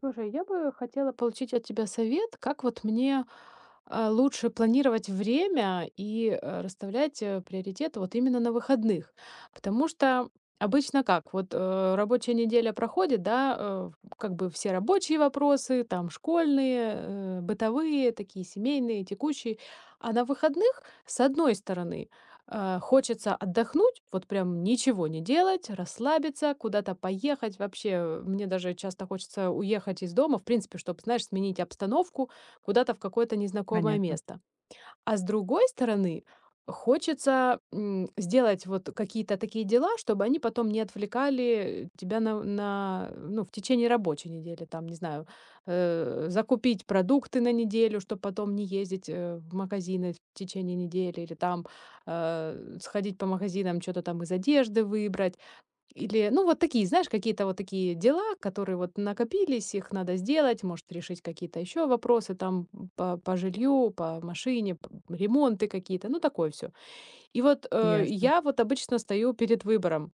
Слушай, я бы хотела получить от тебя совет, как вот мне лучше планировать время и расставлять приоритеты вот именно на выходных. Потому что обычно как? Вот рабочая неделя проходит, да, как бы все рабочие вопросы, там школьные, бытовые, такие семейные, текущие. А на выходных, с одной стороны, хочется отдохнуть, вот прям ничего не делать, расслабиться, куда-то поехать. Вообще, мне даже часто хочется уехать из дома, в принципе, чтобы, знаешь, сменить обстановку куда-то в какое-то незнакомое Понятно, место. А с другой стороны, хочется, сделать вот какие-то такие дела, чтобы они потом не отвлекали тебя на ну, в течение рабочей недели. Там, не знаю, закупить продукты на неделю, чтобы потом не ездить, в магазины в течение недели или там, сходить по магазинам, что то там из одежды выбрать. Или, ну, вот такие, знаешь, какие-то вот такие дела, которые вот накопились, их надо сделать, может, решить какие-то еще вопросы там по жилью, по машине, ремонты какие-то, ну, такое все. И вот ясно. я вот обычно стою перед выбором.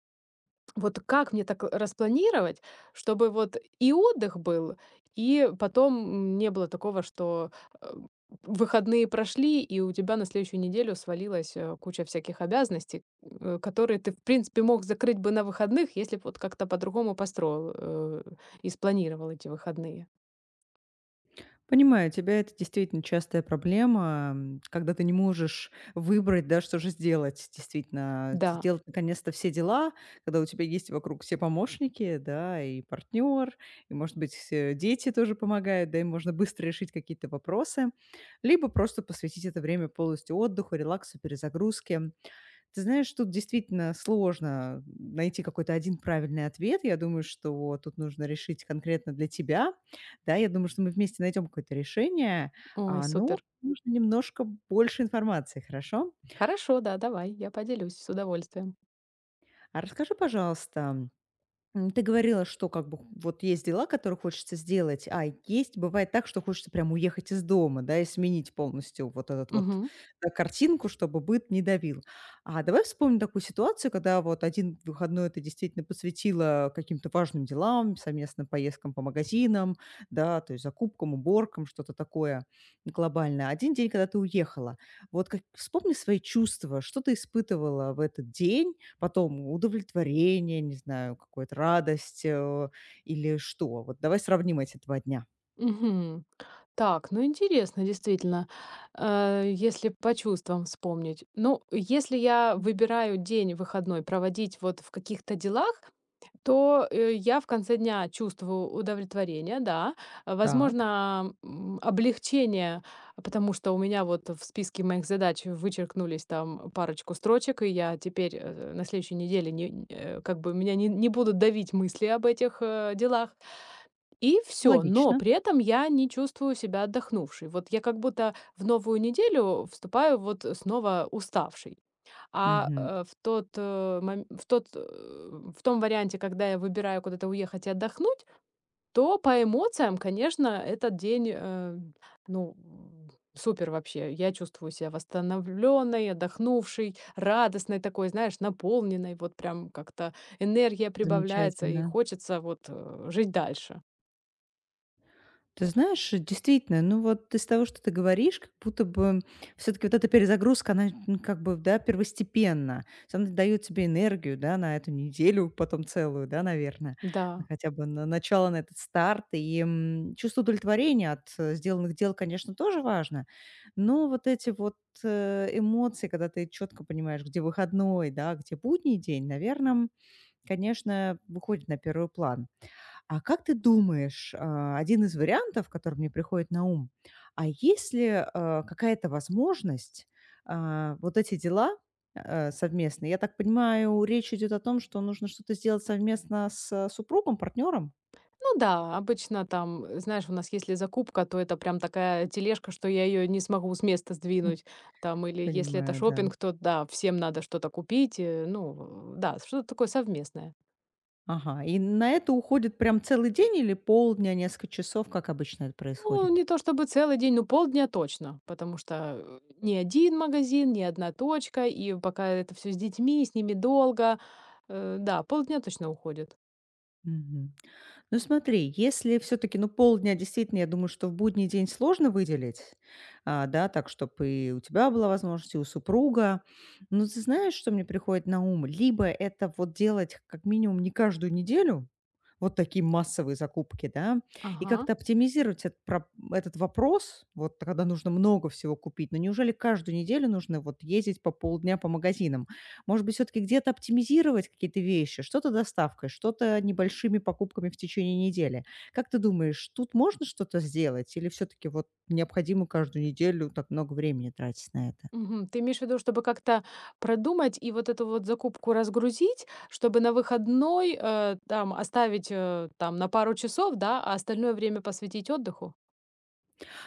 Вот как мне так распланировать, чтобы вот и отдых был, и потом не было такого, что э, выходные прошли, и у тебя на следующую неделю свалилась куча всяких обязанностей, которые ты, в принципе, мог закрыть бы на выходных, если бы вот как-то по-другому построил и спланировал эти выходные. Понимаю тебя, это действительно частая проблема, когда ты не можешь выбрать, да, что же сделать. Действительно, Да, сделать наконец-то все дела, когда у тебя есть вокруг все помощники, да, и партнер, и, может быть, дети тоже помогают, да, и можно быстро решить какие-то вопросы. Либо просто посвятить это время полностью отдыху, релаксу, перезагрузке. Ты знаешь, тут действительно сложно найти какой-то один правильный ответ. Я думаю, что тут нужно решить конкретно для тебя. Да, я думаю, что мы вместе найдем какое-то решение, ой, но супер. нужно немножко больше информации, хорошо? Хорошо, да, давай, я поделюсь с удовольствием. А расскажи, пожалуйста, ты говорила, что как бы вот есть дела, которые хочется сделать, а есть, бывает так, что хочется прям уехать из дома, да, и сменить полностью вот этот вот Мгм. Картинку, чтобы быт не давил. А давай вспомним такую ситуацию, когда вот один выходной ты действительно посвятила каким-то важным делам, совместным поездкам по магазинам, да, то есть закупкам, уборкам, что-то такое глобальное. Один день, когда ты уехала, вот как, вспомни свои чувства, что ты испытывала в этот день, потом удовлетворение, не знаю, какую-то радость, или что? Вот давай сравним эти два дня. Мгм. Так, ну интересно, действительно, если по чувствам вспомнить. Ну, если я М, выбираю день выходной проводить вот в каких-то делах, то я в конце дня чувствую удовлетворение, да, а, так, возможно, облегчение, потому что у меня вот в списке моих задач вычеркнулись там парочку строчек, и я теперь на следующей неделе не, как бы меня не будут давить мысли об этих делах. И все, но логично. при этом я не чувствую себя отдохнувшей. Вот я как будто в новую неделю вступаю вот снова уставшей. А, Мгм. э, в тот, э, мом в тот, э, в том варианте, когда я выбираю куда-то уехать и отдохнуть, то по эмоциям, конечно, этот день, ну, супер вообще. Я чувствую себя восстановленной, отдохнувшей, радостной такой, знаешь, наполненной. Вот прям как-то энергия прибавляется и Замечательно. хочется вот, жить дальше. Ты знаешь, действительно, ну вот из того, что ты говоришь, как будто бы все-таки вот эта перезагрузка, она ну, как бы, да, первостепенна. То есть она дает тебе энергию, да, на эту неделю, потом целую, да, наверное, Да. хотя бы на начало, на этот старт. И чувство удовлетворения от сделанных дел, конечно, тоже важно. Но вот эти вот эмоции, когда ты четко понимаешь, где выходной, да, где будний день, наверное, конечно, выходит на первый план. А как ты думаешь, а, один из вариантов, который мне приходит на ум, а есть ли а, какая-то возможность а, вот эти дела совместные? Я так понимаю, речь идет о том, что нужно что-то сделать совместно с супругом, партнером? Ну да, обычно там, знаешь, у нас если закупка, то это прям такая тележка, что я ее не смогу с места сдвинуть. Там, или если это Понимаю, да. шопинг, то да, всем надо что-то купить. Ну, да, что-то такое совместное. Ага, и на это уходит прям целый день или полдня, несколько часов, как обычно это Ну, происходит? не то чтобы целый день, но полдня точно, потому что ни один магазин, ни одна точка, и пока это все с детьми, с ними долго, да, полдня точно уходит. Мгм. Ну, смотри, если все-таки, ну, полдня действительно, я думаю, что в будний день сложно выделить, а, да, так, чтобы и у тебя была возможность, и у супруга. Но ты знаешь, что мне приходит на ум? Либо это вот делать как минимум не каждую неделю, вот такие массовые закупки, да, и Ага. как-то оптимизировать этот, про- этот вопрос, вот когда нужно много всего купить. Но неужели каждую неделю нужно вот ездить по полдня по магазинам? Может быть, все таки где-то оптимизировать какие-то вещи, что-то доставкой, что-то небольшими покупками в течение недели. Как ты думаешь, тут можно что-то сделать или все таки вот необходимо каждую неделю так много времени тратить на это? Мгм. Ты имеешь в виду, чтобы как-то продумать и вот эту вот закупку разгрузить, чтобы на выходной, там оставить, там на пару часов, да, а остальное время посвятить отдыху?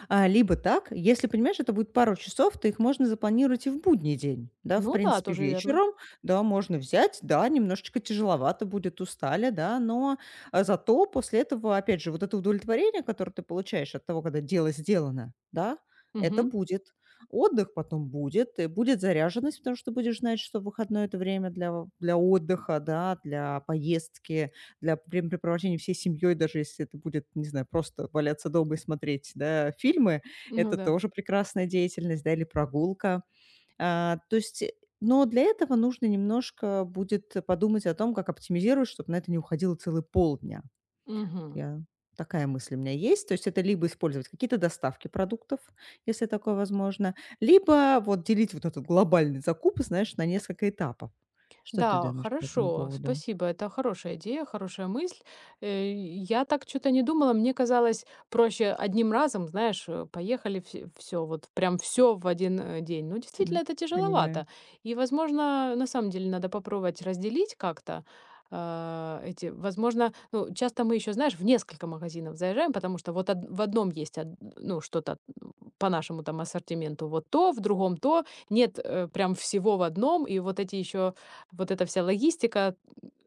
А, либо так, если понимаешь, это будет пару часов, то их можно запланировать и в будний день. Да, в Ну да, принципе, тоже верно. вечером, да, можно взять, да, немножечко тяжеловато будет, устали, да, но а, зато после этого, опять же, вот это удовлетворение, которое ты получаешь от того, когда дело сделано, да, это Мгм. будет. Отдых потом будет, и будет заряженность, потому что будешь знать, что выходное– это время для, для отдыха, да, для поездки, для времяпрепровождения всей семьей, даже если это будет, не знаю, просто валяться дома и смотреть, да, фильмы, Ну это да. тоже прекрасная деятельность, да, или прогулка. А, то есть, но для этого нужно немножко будет подумать о том, как оптимизировать, чтобы на это не уходило целый полдня. Мгм. Я такая мысль у меня есть. То есть это либо использовать какие-то доставки продуктов, если такое возможно, либо вот делить вот этот глобальный закуп, знаешь, на несколько этапов. Что ты Да, думаешь по этому хорошо, поводу? спасибо. Это хорошая идея, хорошая мысль. Я так что-то не думала. Мне казалось проще одним разом, знаешь, поехали все, вот прям все в один день. Ну, действительно, М, это понимаю. тяжеловато. И, возможно, на самом деле надо попробовать разделить как-то эти, возможно, ну, часто мы еще, знаешь, в несколько магазинов заезжаем, потому что вот в одном есть, ну, что-то по нашему там ассортименту вот то, в другом то, нет прям всего в одном, и вот эти еще вот эта вся логистика,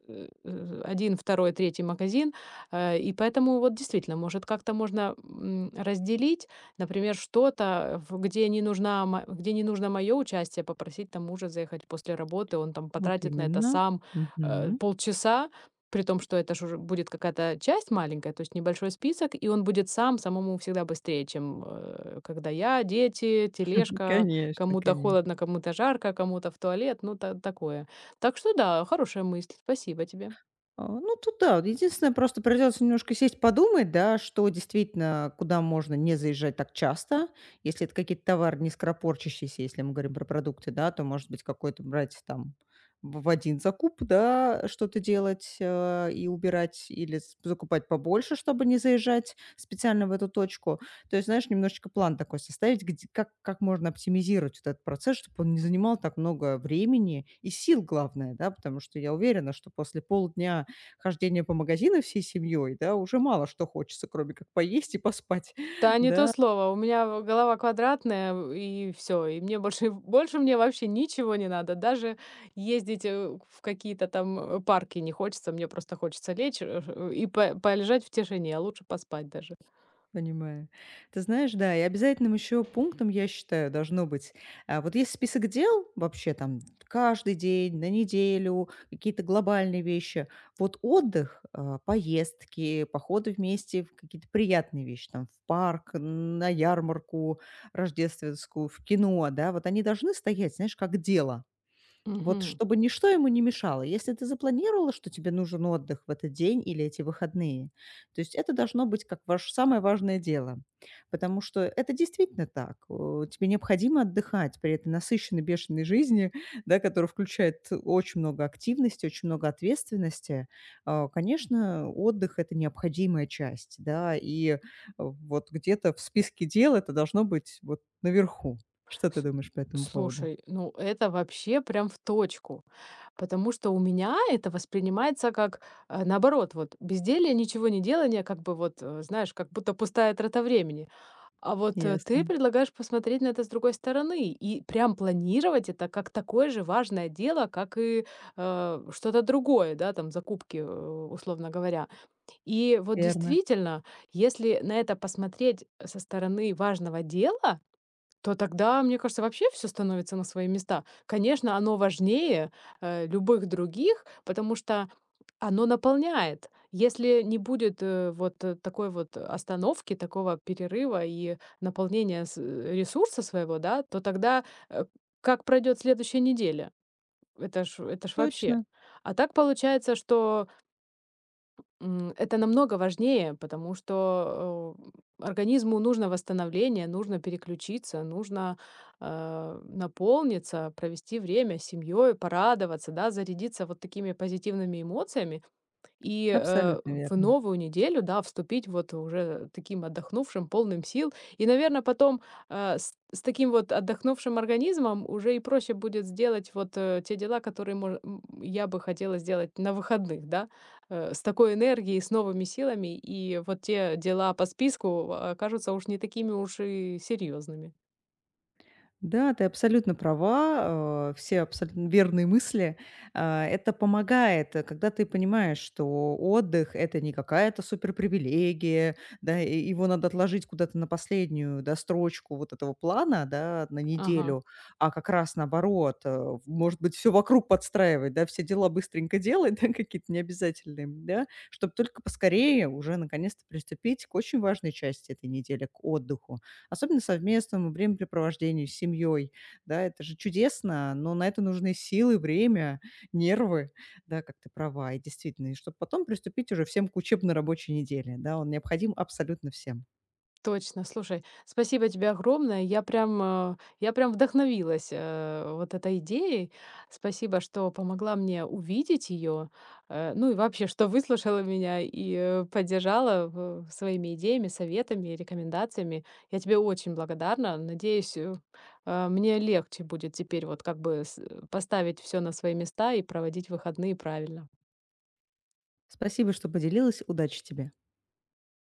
1, 2, 3 магазин. И поэтому вот действительно, может, как-то можно, разделить, например, что-то, в где не нужна мо где не нужно мое участие, попросить там мужа заехать после работы, он там Вот потратит на это именно. сам, Мгм. полчаса, при том, что это ж уже будет какая-то часть маленькая, то есть небольшой список, и он будет сам самому всегда быстрее, чем, когда я, дети, тележка, Конечно, кому-то конечно. холодно, кому-то жарко, кому-то в туалет, ну, та такое. Так что да, хорошая мысль, спасибо тебе. А, ну, тут да. Вот единственное, просто придется немножко сесть подумать, да, что действительно, куда можно не заезжать так часто. Если это какие-то товары не скоропортящиеся, если мы говорим про продукты, да, то, может быть, какой-то брать там в один закуп, да, что-то делать, и убирать, или с- закупать побольше, чтобы не заезжать специально в эту точку. То есть, знаешь, немножечко план такой составить, где- как можно оптимизировать вот этот процесс, чтобы он не занимал так много времени и сил, главное, да, потому что я уверена, что после полдня хождения по магазинам всей семьей, да, уже мало что хочется, кроме как поесть и поспать. Да, не то Да, слово. У меня голова квадратная, и все. И мне больше, больше мне вообще ничего не надо. Даже ездить в какие-то там парки не хочется. Мне просто хочется лечь и полежать в тишине, а лучше поспать даже. понимаю. Ты знаешь, да, и обязательным еще пунктом, я считаю, должно быть, а, вот есть список дел вообще там каждый день, на неделю, какие-то глобальные вещи. Вот отдых, а, поездки, походы вместе, в какие-то приятные вещи, там в парк, на ярмарку рождественскую, в кино, да, вот они должны стоять, знаешь, как дело. Вот Мгм. чтобы ничто ему не мешало. Если ты запланировала, что тебе нужен отдых в этот день или эти выходные, то есть это должно быть как ваше самое важное дело. Потому что это действительно так. Тебе необходимо отдыхать при этой насыщенной, бешеной жизни, да, которая включает очень много активности, очень много ответственности. А, конечно, отдых– это необходимая часть, да, и вот где-то в списке дел это должно быть вот наверху. Что ты С- думаешь по этому поводу? Слушай, ну это вообще прям в точку. Потому что у меня это воспринимается как наоборот, вот безделье, ничего не делание, как бы вот, знаешь, как будто пустая трата времени. А вот, ты Ясно, предлагаешь посмотреть на это с другой стороны и прям планировать это как такое же важное дело, как и, что-то другое, да, там закупки, условно говоря. И вот верно. действительно, если на это посмотреть со стороны важного дела, то тогда, мне кажется, вообще все становится на свои места. Конечно, оно важнее, любых других, потому что оно наполняет. Если не будет, вот, такой вот остановки, такого перерыва и наполнения с ресурса своего, да, то тогда, э, как пройдет следующая неделя? Это ж вообще. Точно, А так получается, что это намного важнее, потому что, организму нужно восстановление, нужно переключиться, нужно, наполниться, провести время с семьей, порадоваться, да, зарядиться вот такими позитивными эмоциями и, абсолютно в верно. новую неделю, да, вступить вот уже таким отдохнувшим, полным сил. И, наверное, потом, с таким вот отдохнувшим организмом уже и проще будет сделать вот, те дела, которые я бы хотела сделать на выходных, да, с такой энергией, с новыми силами. И вот те дела по списку окажутся уж не такими уж и серьезными. Да, ты абсолютно права, все абсолютно верные мысли. А, это помогает, когда ты понимаешь, что отдых- это не какая-то суперпривилегия, да, и его надо отложить куда-то на последнюю, да, строчку вот этого плана, да, на Ага. неделю, а как раз наоборот, может быть, все вокруг подстраивать, да, все дела быстренько делать, да, какие-то необязательные, да, чтобы только поскорее уже наконец-то приступить к очень важной части этой недели, к отдыху. Особенно совместному времяпрепровождению с семьей. Да, это же чудесно, но на это нужны силы, время, нервы, да, как ты права. И действительно, и чтобы потом приступить уже всем к учебно-рабочей неделе. Да, он необходим абсолютно всем. Точно, слушай, спасибо тебе огромное. Я прям вдохновилась, вот этой идеей. Спасибо, что помогла мне увидеть ее, ну и вообще, что выслушала меня и, поддержала своими идеями, советами, рекомендациями. Я тебе очень благодарна. Надеюсь, мне легче будет теперь вот как бы поставить все на свои места и проводить выходные правильно. Спасибо, что поделилась. Удачи тебе.